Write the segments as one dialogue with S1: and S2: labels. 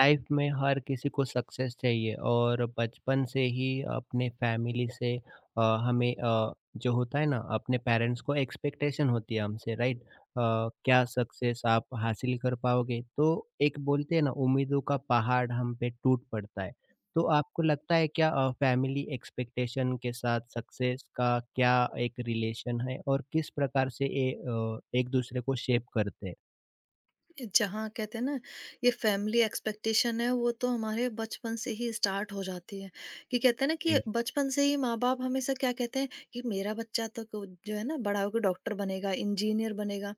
S1: Life में हर किसी को सक्सेस चाहिए और बचपन से ही अपने फैमिली से हमें जो होता है ना अपने पेरेंट्स को एक्सपेक्टेशन होती है हमसे राइट। क्या सक्सेस आप हासिल कर पाओगे? तो एक बोलते हैं ना उम्मीदों का पहाड़ हम पे टूट पड़ता है। तो आपको लगता है क्या फैमिली एक्सपेक्टेशन के साथ सक्सेस का क्या एक रिलेशन है और किस प्रकार से ये एक दूसरे को शेप करते हैं?
S2: जहाँ कहते हैं ना ये फैमिली एक्सपेक्टेशन है वो तो हमारे बचपन से ही स्टार्ट हो जाती है। कि कहते हैं ना कि
S1: जी।
S2: बचपन से ही माँ बाप हमेशा क्या कहते हैं कि मेरा बच्चा तो जो है ना बड़ा होकर डॉक्टर बनेगा इंजीनियर बनेगा।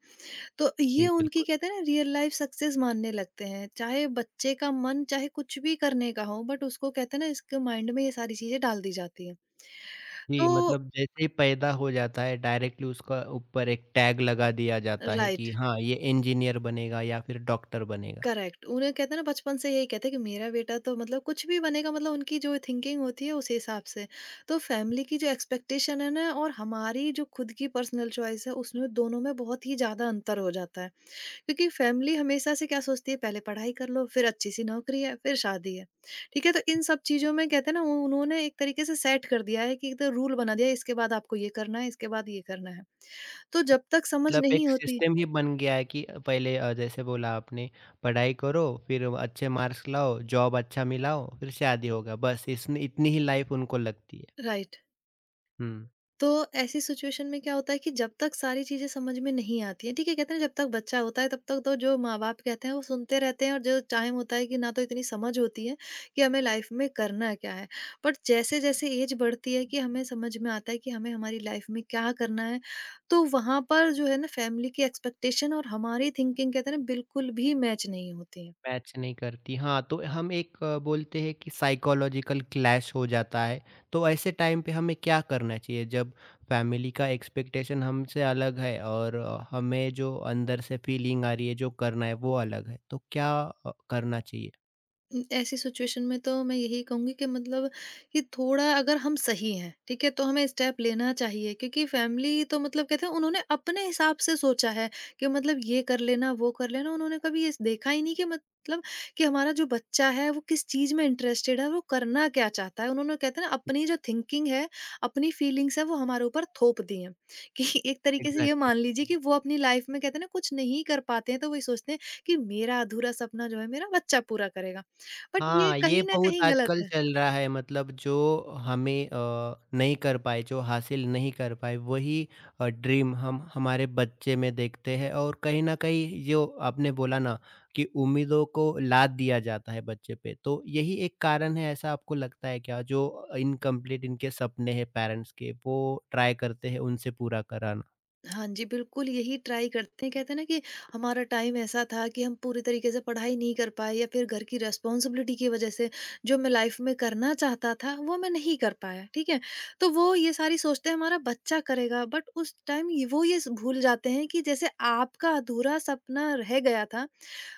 S2: तो
S1: जी
S2: ये उनकी
S1: बिल्कुल।
S2: कहते हैं ना रियल लाइफ सक्सेस मानने लगते हैं, चाहे बच्चे का मन चाहे कुछ भी करने का हो, बट उसको कहते हैं ना इसके माइंड में ये सारी चीजें डाल दी जाती हैं।
S1: जी,
S2: तो
S1: मतलब जैसे ही पैदा हो जाता है डायरेक्टली उसका ऊपर एक टैग लगा दिया जाता है
S2: राइट।
S1: कि हाँ, ये इंजीनियर बनेगा या फिर डॉक्टर बनेगा।
S2: करेक्ट। उन्हें कहते हैं ना बचपन से यही कहते हैं कि मेरा बेटा तो मतलब कुछ भी बनेगा, मतलब उनकी जो थिंकिंग होती है उस हिसाब से। तो फैमिली की जो एक्सपेक्टेशन है ना और हमारी जो खुद की पर्सनल चॉइस है उसमें, दोनों में बहुत ही ज़्यादा अंतर हो जाता है। क्योंकि फैमिली हमेशा से क्या सोचती है, पहले पढ़ाई कर लो, फिर अच्छी-सी नौकरी है, फिर शादी है। ठीक है? तो इन सब चीज़ों में कहते हैं ना उ उन्होंने एक तरीके से सेट कर दिया है कि एक तो रूल बना दिया है, इसके बाद आपको ये करना है, इसके बाद ये करना है। तो जब तक समझ
S1: मतलब
S2: नहीं
S1: एक
S2: होती
S1: सिस्टम ही बन गया है कि पहले जैसे बोला आपने पढ़ाई करो, फिर अच्छे मार्क्स लाओ, जॉब अच्छा मिलाओ, फिर शादी होगा। बस इसमें इतनी ही लाइफ उनको लगती है।
S2: राइट।
S1: हुँ।
S2: तो ऐसी सिचुएशन में क्या होता है कि जब तक सारी चीज़ें समझ में नहीं आती हैं, ठीक है, कहते हैं ना जब तक बच्चा होता है तब तक तो जो माँ-बाप कहते हैं वो सुनते रहते हैं, और जो टाइम होता है कि ना तो इतनी समझ होती है कि हमें लाइफ़ में करना क्या है। बट जैसे-जैसे एज बढ़ती है कि हमें समझ में आता है कि हमें हमारी लाइफ़ में क्या करना है, तो वहाँ पर जो है ना फैमिली की एक्सपेक्टेशन और हमारी थिंकिंग कहते हैं ना बिल्कुल भी मैच नहीं होती है।
S1: मैच नहीं करती। हाँ, तो हम एक बोलते हैं कि साइकोलॉजिकल क्लैश हो जाता है। तो ऐसे टाइम पे हमें क्या करना चाहिए जब फैमिली का एक्सपेक्टेशन हमसे अलग है और हमें जो अंदर से फीलिंग आ रही है, जो करना है वो अलग है। तो क्या करना चाहिए?
S2: ऐसी सिचुएशन में तो मैं यही कहूँगी कि मतलब कि थोड़ा अगर हम सही हैं, ठीक है? तो हमें स्टेप लेना चाहिए, क्योंकि फैमिली तो मतलब कहते हैं उन्होंने अपने हिसाब से सोचा है कि मतलब ये कर लेना, वो कर लेना। उन्होंने कभी ये देखा ही नहीं कि मतलब कि हमारा जो बच्चा है वो किस चीज़ में इंटरेस्टेड है, वो करना क्या चाहता है। उन्होंने कहते हैं ना अपनी जो थिंकिंग है, अपनी फीलिंग्स है वो हमारे ऊपर थोप दी हैं कि एक तरीके से ये
S1: एग्ज़ैक्टली।
S2: मान लीजिए कि वो अपनी लाइफ़ में कहते हैं ना कुछ नहीं कर पाते हैं तो वही सोचते हैं कि मेरा अधूरा सपना जो है मेरा बच्चा पूरा करेगा। बट ये
S1: हाँ, ये
S2: कहीं न
S1: बहुत
S2: कहीं गलत
S1: आजकल
S2: है।
S1: चल रहा है मतलब जो हमें नहीं कर पाए, जो हासिल नहीं कर पाए वही ड्रीम हम हमारे बच्चे में देखते हैं, और कहीं न कहीं जो आपने बोला ना कि उम्मीदों को लाद दिया जाता है बच्चे पे, तो यही एक कारण है, ऐसा आपको लगता है क्या? जो इनकम्प्लीट इनके सपने हैं पेरेंट्स के, वो ट्राई करते हैं उनसे पूरा कराना?
S2: हाँ जी, बिल्कुल यही ट्राई करते हैं। कहते हैं ना कि हमारा टाइम ऐसा था कि हम पूरी तरीके से पढ़ाई नहीं कर पाए, या फिर घर की रिस्पॉन्सिबिलिटी की वज़ह से जो मैं लाइफ़ में करना चाहता था, वो मैं नहीं कर पाया, ठीक है? तो वो ये सारी सोचते हैं हमारा बच्चा करेगा, बट उस टाइम ये वो ये स भूल जाते हैं कि जैसे आपका अधूरा सपना रह गया था,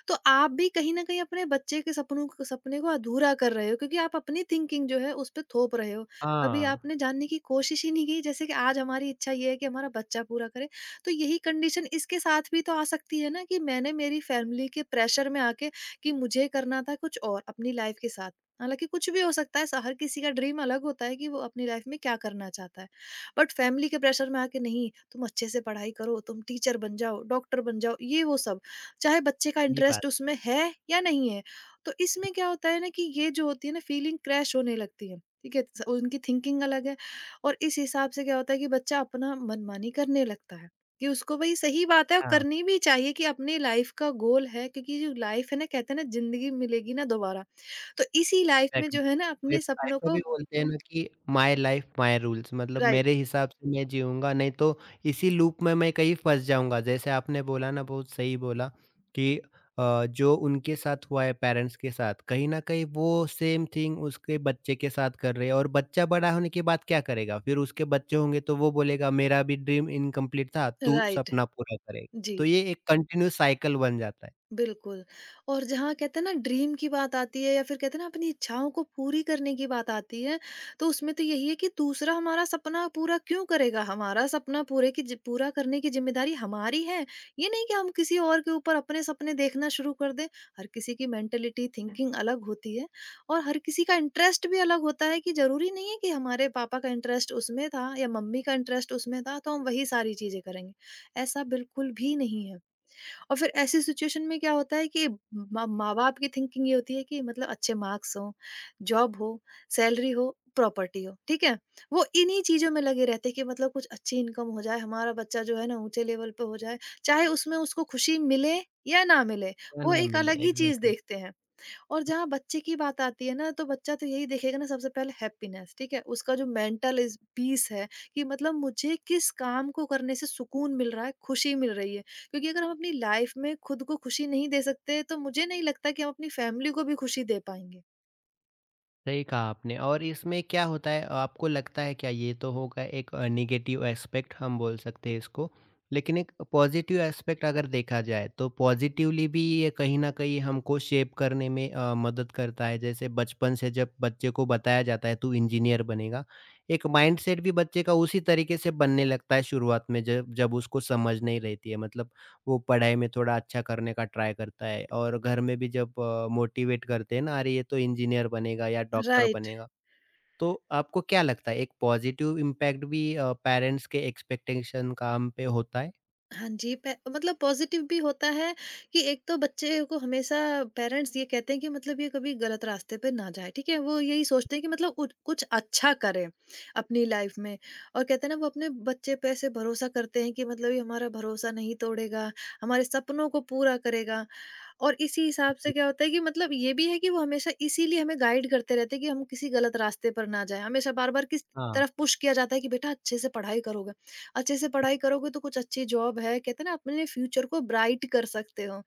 S2: तो आप भी कहीं न कहीं अपने बच्चे के सपनों को सपने को अधूरा कर रहे हो, क्योंकि आप अपनी थिंकिंग जो है उस पे थोप रहे हो। कभी
S1: हाँ,
S2: आपने जानने की कोशिश ही नहीं की, जैसे कि आज हमारी इच्छा ये है कि हमारा बच्चा पूरा करे। तो यही कंडीशन इसके साथ भी तो आ सकती है ना कि मैंने मेरी फैमिली के प्रेशर में आके कि मुझे करना था कुछ और अपनी लाइफ़ के साथ। हालाँकि कुछ भी हो सकता है, स हर किसी का ड्रीम अलग होता है कि वो अपनी लाइफ़ में क्या करना चाहता है। बट फैमिली के प्रेशर में आके, नहीं तुम अच्छे से पढ़ाई करो, तुम टीचर बन जाओ, डॉक्टर बन जाओ, ये वो सब। चाहे बच्चे का
S1: सही बात।
S2: इंटरेस्ट उसमें है या नहीं है। तो इसमें क्या होता है ना कि ये जो होती है ना फीलिंग क्रैश होने लगती है, ठीक है? स उनकी थिंकिंग अलग है, और इस हिसाब से क्या होता है कि बच्चा अपना मनमानी करने लगता है, कि उसको भाई सही बात है और
S1: हाँ।
S2: करनी भी चाहिए कि अपनी लाइफ़ का गोल है क्योंकि जो लाइफ़ है ना कहते हैं ना ज़िंदगी मिलेगी ना दोबारा, तो इसी लाइफ़ में
S1: एग्ज़ैक्टली।
S2: जो है ना
S1: फिर
S2: अपने सपनों
S1: ऐसा
S2: को
S1: भी बोलते हैं ना कि माय लाइफ माय रूल्स, मतलब
S2: राइट,
S1: मेरे हिसाब से मैं जीऊँगा, नहीं तो इसी लूप में मैं कहीं फँस जाऊँगा। जैसे आपने बोला ना, बहुत सही बोला कि जो उनके साथ हुआ है पेरेंट्स के साथ, कहीं न कहीं वो सेम थिंग उसके बच्चे के साथ कर रहे हैं, और बच्चा बड़ा होने के बाद क्या करेगा? फिर उसके बच्चे होंगे तो वो बोलेगा मेरा भी ड्रीम इनकम्प्लीट था, तू
S2: राइट।
S1: सपना पूरा करेगा।
S2: जी।
S1: तो ये एक कंटिन्यूअस साइकिल बन जाता है।
S2: बिल्कुल, और जहाँ कहते हैं ना ड्रीम की बात आती है या फिर कहते हैं ना अपनी इच्छाओं को पूरी करने की बात आती है, तो उसमें तो यही है कि दूसरा हमारा सपना पूरा क्यों करेगा? हमारा सपना पूरे की जि पूरा करने की ज़िम्मेदारी हमारी है। ये नहीं कि हम किसी और के ऊपर अपने सपने देखना शुरू कर दें। हर किसी की मेंटालिटी, थिंकिंग अलग होती है, और हर किसी का इंटरेस्ट भी अलग होता है कि ज़रूरी नहीं है कि हमारे पापा का इंटरेस्ट उसमें था या मम्मी का इंटरेस्ट उसमें था, तो हम वही सारी चीज़ें करेंगे। ऐसा बिल्कुल भी नहीं है। और फिर ऐसी सिचुएशन में क्या होता है कि माँ माँ बाप की थिंकिंग ये होती है कि मतलब अच्छे मार्क्स हों, जॉब हो, सैलरी हो, प्रॉपर्टी हो, ठीक है? वो इन्हीं चीजों में लगे रहते हैं कि मतलब कुछ अच्छी इनकम हो जाए, हमारा बच्चा जो है ना ऊंचे लेवल पे हो जाए, चाहे उसमें उसको खुशी मिले या ना मिले।
S1: क्या
S2: वो
S1: ना
S2: एक
S1: मिले,
S2: अलग ही चीज
S1: एग्ज़ैक्टली।
S2: देखते हैं, और जहाँ बच्चे की बात आती है ना, तो बच्चा तो यही देखेगा ना सबसे पहले हैप्पीनेस, ठीक है? उसका जो मेंटल इस पीस है कि मतलब मुझे किस काम को करने से सुकून मिल रहा है, खुशी मिल रही है। क्योंकि अगर हम अपनी लाइफ में खुद को खुशी नहीं दे सकते, तो मुझे नहीं लगता कि हम अपनी फैमिली को भी खुशी दे पाएँगे।
S1: सही कहा आपने। और इसमें क्या होता है, आपको लगता है क्या, ये तो होगा एक नेगेटिव एस्पेक्ट हम बोल सकते हैं इसको, लेकिन एक पॉजिटिव एस्पेक्ट अगर देखा जाए तो पॉजिटिवली भी ये कहीं ना कहीं हमको शेप करने में मदद करता है। जैसे बचपन से जब बच्चे को बताया जाता है तू इंजीनियर बनेगा, एक माइंडसेट भी बच्चे का उसी तरीके से बनने लगता है शुरुआत में जब जब उसको समझ नहीं रहती है, मतलब वो पढ़ाई में थोड़ा अच्छा करने का ट्राई करता है, और घर में भी जब मोटिवेट करते हैं ना, अरे ये तो इंजीनियर बनेगा या डॉक्टर
S2: राइट।
S1: बनेगा। तो आपको क्या लगता है, एक पॉजिटिव इम्पैक्ट भी पेरेंट्स के एक्सपेक्टेशन का हम पे होता है?
S2: हाँ जी, पे मतलब पॉज़िटिव भी होता है कि एक तो बच्चे को हमेशा पेरेंट्स ये कहते हैं कि मतलब ये कभी गलत रास्ते पे ना जाए, ठीक है? वो यही सोचते हैं कि मतलब उच कुछ अच्छा करें अपनी लाइफ़ में, और कहते हैं ना, वो अपने बच्चे पे ऐसे भरोसा करते हैं कि मतलब ये हमारा भरोसा नहीं तोड़ेगा, हमारे सपनों को पूरा करेगा। और इसी हिसाब से
S1: जी,
S2: क्या होता है कि मतलब ये भी है कि वो हमेशा इसीलिए हमें गाइड करते रहते हैं कि हम किसी गलत रास्ते पर ना जाएं, हमेशा बार बार किस
S1: हाँ।
S2: तरफ पुश किया जाता है कि बेटा अच्छे से पढ़ाई करोगे, अच्छे से पढ़ाई करोगे तो कुछ अच्छी जॉब है, कहते हैं ना अपने फ्यूचर को ब्राइट कर सकते हो।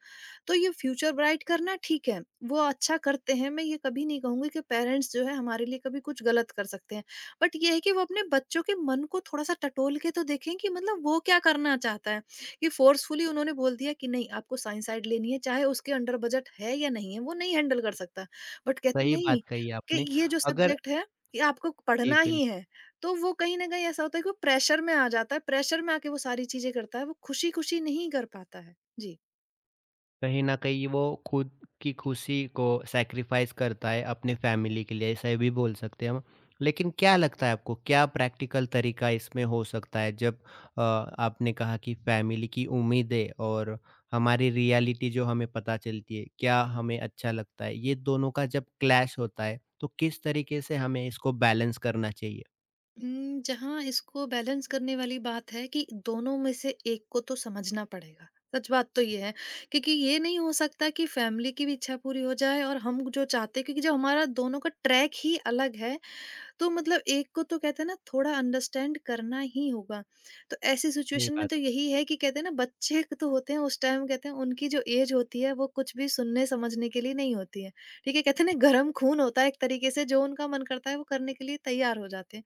S2: तो ये फ्यूचर ब्राइट करना ठीक है, वो अच्छा करते हैं, मैं ये कभी नहीं कहूंगी कि पेरेंट्स जो है हमारे लिए कभी कुछ गलत कर सकते हैं। बट ये है कि वो अपने बच्चों के मन को थोड़ा सा टटोल के तो देखें कि मतलब वो क्या करना चाहता है। कि फोर्सफुली उन्होंने बोल दिया कि नहीं आपको साइंस साइड लेनी है, चाहे उसके अंडर बजट है या नहीं है, वो नहीं हैंडल कर सकता। बट कहते
S1: सही बात
S2: नहीं
S1: कही
S2: कि
S1: आपने।
S2: ये जो
S1: अगर
S2: सब्जेक्ट है कि आपको
S1: जी
S2: पढ़ना
S1: बिल्कुल,
S2: ही है, तो वो कहीं ना कहीं ऐसा होता है कि वो प्रेशर में आ जाता है, प्रेशर में आके वो सारी चीजें करता है, वो खुशी खुशी नहीं कर पाता है। जी।
S1: कहीं न कहीं वो खुद की खुशी को सैक्रिफाइस करता है अपनी फैमिली के लिए, ऐसा भी बोल सकते हैं हम। लेकिन क्या लगता है आपको, क्या प्रैक्टिकल तरीका इसमें हो सकता है जब आपने कहा कि फैमिली की उम्मीदें और हमारी रियलिटी जो हमें पता चलती है, क्या हमें अच्छा लगता है, ये दोनों का जब क्लैश होता है, तो किस तरीके से हमें इसको बैलेंस करना चाहिए?
S2: जहाँ इसको बैलेंस करने वाली बात है कि दोनों में से एक को तो समझना पड़ेगा। सच बात तो ये है, क्योंकि ये नहीं हो सकता कि फैमिली की भी इच्छा पूरी हो जाए और हम जो चाहते, क्योंकि जो हमारा दोनों का ट्रैक ही अलग है, तो मतलब एक को तो कहते हैं ना थोड़ा अंडरस्टैंड करना ही होगा। तो ऐसी
S1: वही
S2: सिचुएशन में तो
S1: बात है।
S2: यही है कि कहते हैं ना बच्चे तो होते हैं उस टाइम, कहते हैं उनकी जो एज होती है वो कुछ भी सुनने समझने के लिए नहीं होती है। ठीक है? कहते हैं ना गरम खून होता है एक तरीके से जो उनका मन करता है वो करने के लिए तैयार हो जाते हैं।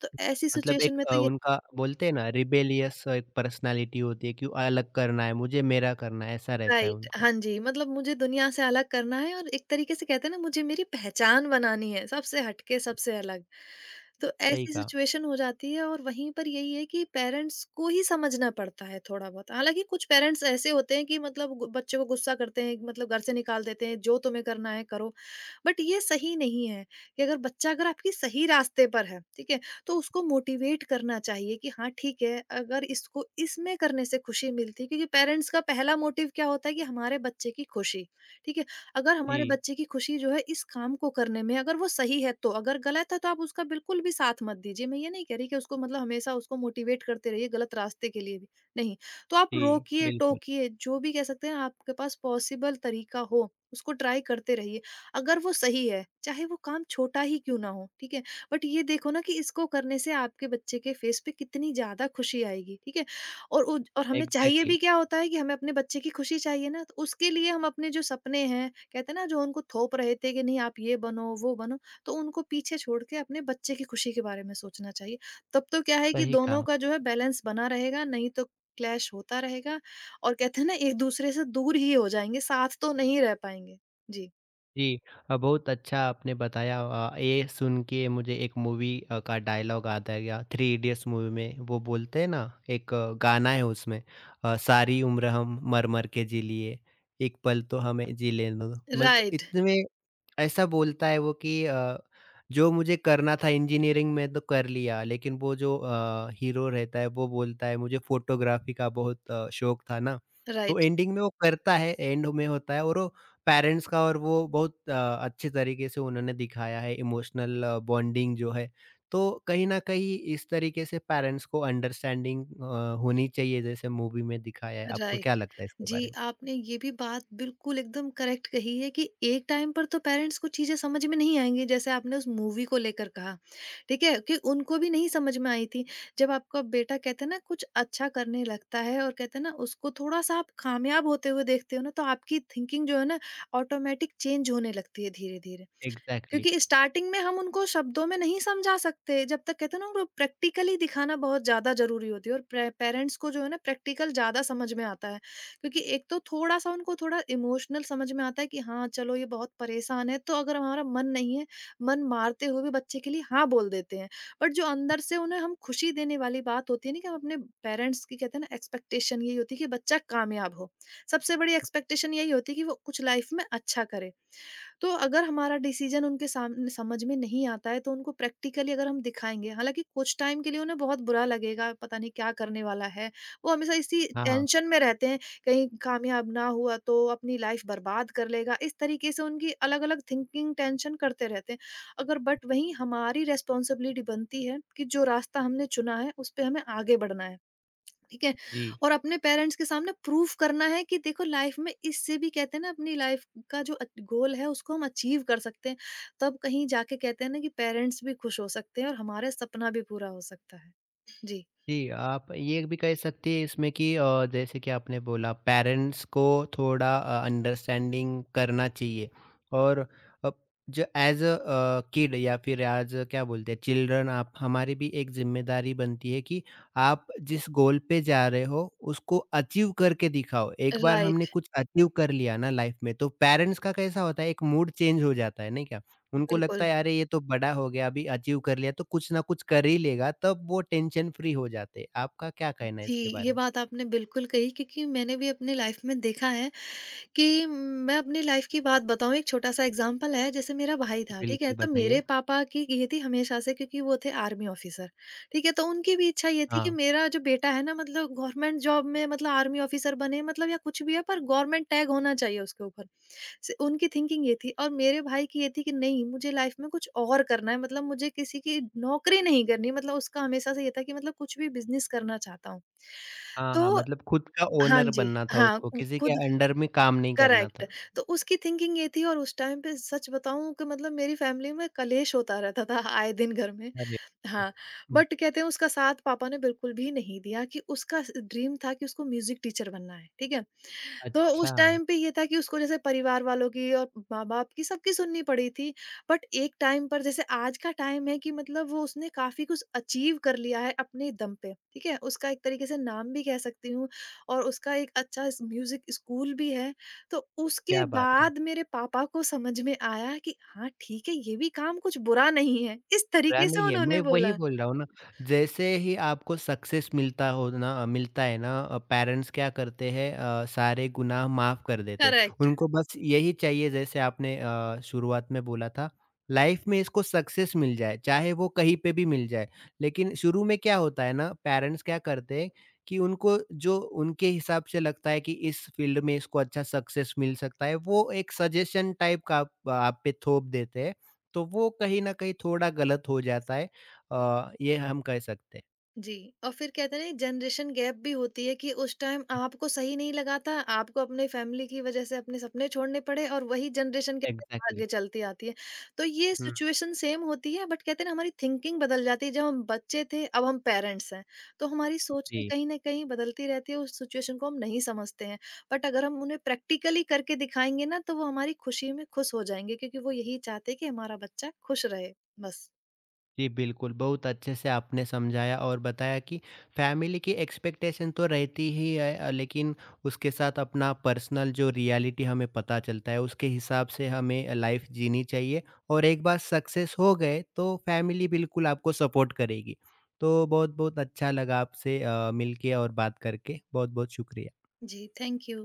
S2: तो ऐसी
S1: मतलब
S2: सिचुएशन
S1: एक
S2: में तो ये
S1: उनका बोलते हैं ना रिबेलियस एक पर्सनैलिटी होती है कि अलग करना है, मुझे मेरा करना है, ऐसा रहता है
S2: राइट
S1: उनका।
S2: हाँ जी मतलब मुझे दुनिया से अलग करना है और एक तरीके से कहते हैं ना मुझे मेरी पहचान बनानी है सबसे हटके सबसे अलग। तो
S1: सही
S2: ऐसी
S1: कहा।
S2: सिचुएशन हो जाती है और वहीं पर यही है कि पेरेंट्स को ही समझना पड़ता है थोड़ा बहुत। हालांकि कुछ पेरेंट्स ऐसे होते हैं कि मतलब बच्चे को गुस्सा करते हैं, मतलब घर से निकाल देते हैं जो तुम्हें करना है करो। बट ये सही नहीं है कि अगर बच्चा अगर आपकी सही रास्ते पर है, ठीक है, तो उसको मोटिवेट करना चाहिए कि हाँ ठीक है अगर इसको इसमें करने से खुशी मिलती है, क्योंकि पेरेंट्स का पहला मोटिव क्या होता है कि हमारे बच्चे की खुशी। ठीक है, अगर हमारे
S1: जी,
S2: बच्चे की खुशी जो है इस काम को करने में अगर वो सही है तो। अगर गलत है तो आप उसका बिल्कुल भी साथ मत दीजिए। मैं ये नहीं कह रही कि उसको मतलब हमेशा उसको मोटिवेट करते रहिए गलत रास्ते के लिए भी। नहीं, तो आप
S1: जी,
S2: रोकिए
S1: बिल्कुल,
S2: टोकिए जो भी कह सकते हैं, आपके पास पॉसिबल तरीका हो उसको ट्राई करते रहिए, अगर वो सही है, चाहे वो काम छोटा ही क्यों ना हो। ठीक है, बट ये देखो ना कि इसको करने से आपके बच्चे के फेस पे कितनी ज़्यादा खुशी आएगी, ठीक है? और उज और हमें चाहिए
S1: एग्ज़ैक्टली,
S2: भी क्या होता है कि हमें अपने बच्चे की खुशी चाहिए ना, तो उसके लिए हम अपने जो सपने हैं, कहते हैं ना जो उनको थोप रहे थे कि नहीं आप ये बनो, वो बनो, तो उनको पीछे छोड़ के अपने बच्चे की खुशी के बारे में सोचना चाहिए। तब तो क्या है कि
S1: सही
S2: दोनों
S1: कहा।
S2: का जो है बैलेंस बना रहेगा, नहीं तो क्लैश होता रहेगा और कहते हैं ना एक-दूसरे से दूर ही हो जाएँगे, साथ तो नहीं रह पाएँगे। जी।
S1: जी, बहुत अच्छा आपने बताया। ये सुन के मुझे एक मूवी का डायलॉग आता है, क्या थ्री इडियट्स मूवी में वो बोलते हैं ना, एक गाना है उसमें, सारी उम्र हम मर मर के जी लिए, एक पल तो हमें जी लेने दो, मतलब
S2: राइट,
S1: इतने ऐसा बोलता है वो कि जो मुझे करना था इंजीनियरिंग में तो कर लिया, लेकिन वो जो हीरो रहता है वो बोलता है मुझे फोटोग्राफी का बहुत शौक था ना। तो
S2: राइट,
S1: एंडिंग में वो करता है, एंड में होता है और वो पेरेंट्स का, और वो बहुत अच्छे तरीके से उन्होंने दिखाया है इमोशनल बॉन्डिंग जो है। तो कहीं न कहीं इस तरीके से पेरेंट्स को अंडरस्टैंडिंग होनी चाहिए, जैसे मूवी में दिखाया है। आपको
S2: राइट।
S1: क्या लगता है इसके
S2: जी,
S1: बारे में?
S2: आपने ये भी बात बिल्कुल एकदम करेक्ट कही है कि एक टाइम पर तो पेरेंट्स को चीज़ें समझ में नहीं आएँगी, जैसे आपने उस मूवी को लेकर कहा, ठीक है? कि उनको भी नहीं समझ में आई थी। जब आपका बेटा कहते हैं ना कुछ अच्छा करने लगता है और कहते हैं ना उसको थोड़ा-सा आप कामयाब होते हुए देखते हो ना, तो आपकी थिंकिंग जो है ना ऑटोमेटिक चेंज होने लगती है धीरे-धीरे।
S1: एग्ज़ैक्टली।
S2: क्योंकि स्टार्टिंग में हम उनको शब्दों में नहीं समझा सकते, जब तक कहते हैं ना उनको प्रैक्टिकली दिखाना बहुत ज्यादा जरूरी होती है और पेरेंट्स को जो है ना प्रैक्टिकल ज्यादा समझ में आता है। क्योंकि एक तो थोड़ा सा उनको थोड़ा इमोशनल समझ में आता है कि हाँ चलो ये बहुत परेशान है, तो अगर हमारा मन नहीं है, मन मारते हुए भी बच्चे के लिए हाँ बोल देते हैं। बट जो अंदर से उन्हें हम खुशी देने वाली बात होती है ना, कि हम अपने पेरेंट्स की कहते हैं ना एक्सपेक्टेशन यही होती है कि बच्चा कामयाब हो। सबसे बड़ी एक्सपेक्टेशन यही होती है कि वो कुछ लाइफ में अच्छा करे। तो अगर हमारा डिसीजन उनके सामने समझ में नहीं आता है तो उनको प्रैक्टिकली अगर हम दिखाएँगे, हालाँकि कुछ टाइम के लिए उन्हें बहुत बुरा लगेगा, पता नहीं क्या करने वाला है। वो हमेशा इसी
S1: हाँ,
S2: टेंशन में रहते हैं, कहीं कामयाब ना हुआ तो अपनी लाइफ बर्बाद कर लेगा। इस तरीके से उनकी अलग-अलग थिंकिंग, टेंशन करते रहते हैं। अगर बट वहीं हमारी रिस्पॉन्सिबिलिटी बनती है कि जो रास्ता हमने चुना है, उस पे हमें आगे बढ़ना है। ठीक है?
S1: जी।
S2: और अपने पेरेंट्स के सामने प्रूफ करना है कि देखो लाइफ में इससे भी कहते हैं ना अपनी लाइफ का जो गोल है उसको हम अचीव कर सकते हैं। तब कहीं जाके कहते हैं ना कि पेरेंट्स भी खुश हो सकते हैं और हमारा सपना भी पूरा हो सकता है। जी।
S1: जी, आप ये भी कह सकती हैं इसमें कि जैसे कि आपने बोला पेरेंट्स को थोड़ा अंडरस्टैंडिंग करना चाहिए, और अ, जो एज अ किड या फिर एज क्या बोलते हैं चिल्ड्रन, आप हमारी भी एक जिम्मेदारी बनती है कि आप जिस गोल पे जा रहे हो उसको अचीव करके दिखाओ। एक बार हमने
S2: राइट।
S1: कुछ अचीव कर लिया ना लाइफ में, तो पेरेंट्स का कैसा होता है, एक मूड चेंज हो जाता है, नहीं क्या? उनको
S2: बिल्कुल।
S1: लगता है अरे ये तो बड़ा हो गया, अभी अचीव कर लिया तो कुछ ना कुछ कर ही लेगा, तब वो टेंशन फ्री हो जाते हैं। आपका क्या कहना है
S2: जी,
S1: इसके
S2: ये
S1: बारे में?
S2: बात आपने बिल्कुल कही, क्योंकि मैंने भी अपनी लाइफ में देखा है कि मैं अपनी लाइफ की बात बताऊँ, एक छोटा-सा एग्ज़ाम्पल है, जैसे मेरा भाई था, ठीक है?
S1: बिल्कुल
S2: तो मेरे
S1: बताइए।
S2: पापा की ये थी हमेशा से, क्योंकि वो थे आर्मी ऑफ़िसर, ठीक है? तो उनकी भी इच्छा ये थी कि
S1: हाँ।
S2: मेरा जो बेटा है ना, मतलब गवर्नमेंट जॉब में, मतलब आर्मी ऑफ़िसर बने, मतलब या कुछ भी है, पर गवर्नमेंट टैग होना चाहिए उसके ऊपर। स उनकी थिंकिंग ये थी और मेरे भाई की ये थी कि नहीं, मुझे लाइफ़ में कुछ और करना है, मतलब मुझे किसी की नौकरी नहीं करनी, मतलब उसका हमेशा से ये था कि मतलब कुछ भी बिज़नेस करना चाहता हूँ।
S1: हाँ, हाँ,
S2: तो
S1: मतलब खुद का
S2: हाँ
S1: ओनर
S2: जी,
S1: बनना था
S2: हाँ,
S1: उसको, किसी के
S2: खुद,
S1: अंडर में काम नहीं करना
S2: करेक्ट।
S1: था।
S2: तो उसकी थिंकिंग ये थी और उस टाइम पे सच बताऊँ कि मतलब मेरी फ़ैमिली में कलेश होता रहता था आए दिन घर में।
S1: अरे!
S2: हाँ,
S1: हुँ,
S2: बट कहते हैं उसका साथ पापा ने बिल्कुल भी नहीं दिया। कि उसका स ड्रीम था कि उसको म्यूज़िक टीचर बनना है, ठीक है? तो
S1: अच्छा,
S2: उस टाइम पे ये था कि उसको जैसे परिवार वालों की और माँ-बाप की सबकी सुननी पड़ी थी। बट एक टाइम पर जैसे आज का टाइम है कि मतलब वो उसने काफ़ी कुछ अचीव कर लिया है अपने दम पे, ठीक है? उसका एक तरीके से नाम भी कह सकती हूँ, और उसका एक अच्छा स म्यूज़िक स्कूल भी है। तो उसके
S1: क्या बात है।
S2: बाद मेरे पापा को समझ में आया कि हाँ, ठीक है, ये भी काम कुछ बुरा नहीं है। इस
S1: रहा
S2: तरीके से
S1: नहीं है,
S2: उन्होंने
S1: मैं वही
S2: बोला।
S1: बोल रहा हूँ ना, जैसे ही आपको सक्सेस मिलता हो ना, मिलता है ना, पेरेंट्स क्या करते हैं, सारे गुनाह माफ़ कर देते हैं।
S2: करेक्ट।
S1: उनको बस यही चाहिए, जैसे आपने शुरुआत में बोला था, लाइफ में इसको सक्सेस मिल जाए, चाहे वो कहीं पे भी मिल जाए। लेकिन शुरू में क्या होता है ना, पेरेंट्स क्या करते हैं कि उनको जो उनके हिसाब से लगता है कि इस फ़ील्ड में इसको अच्छा सक्सेस मिल सकता है, वो एक सजेशन टाइप का आप पे थोप देते हैं। तो वो कहीं न कहीं थोड़ा गलत हो जाता है, ये हम कह सकते हैं।
S2: जी। और फिर कहते हैं ना, जनरेशन गैप भी होती है कि उस टाइम आपको सही नहीं लगा था, आपको अपने फैमिली की वजह से अपने सपने छोड़ने पड़े और वही जनरेशन कहते हैं
S1: एग्ज़ैक्टली।
S2: आगे चलती आती है। तो ये
S1: हुँ,
S2: सिचुएशन सेम होती है, बट कहते हैं ना हमारी थिंकिंग बदल जाती है। जब हम बच्चे थे अब हम पेरेंट्स हैं, तो हमारी सोच भी
S1: जी।
S2: कहीं ना कहीं बदलती रहती है, उस सिचुएशन को हम नहीं समझते हैं। बट अगर हम उन्हें प्रैक्टिकली करके दिखाएंगे ना तो वो हमारी खुशी में खुश हो जाएंगे, क्योंकि वो यही चाहते हैं कि हमारा बच्चा खुश रहे। बस।
S1: जी, बिल्कुल, बहुत अच्छे से आपने समझाया और बताया कि फैमिली की एक्सपेक्टेशन तो रहती ही है, लेकिन उसके साथ अपना पर्सनल जो रियलिटी हमें पता चलता है, उसके हिसाब से हमें लाइफ़ जीनी चाहिए, और एक बार सक्सेस हो गए, तो फैमिली बिल्कुल आपको सपोर्ट करेगी। तो बहुत-बहुत अच्छा लगा आपसे मिलके और बात करके। बहुत-बहुत शुक्रिया।
S2: जी, थैंक यू।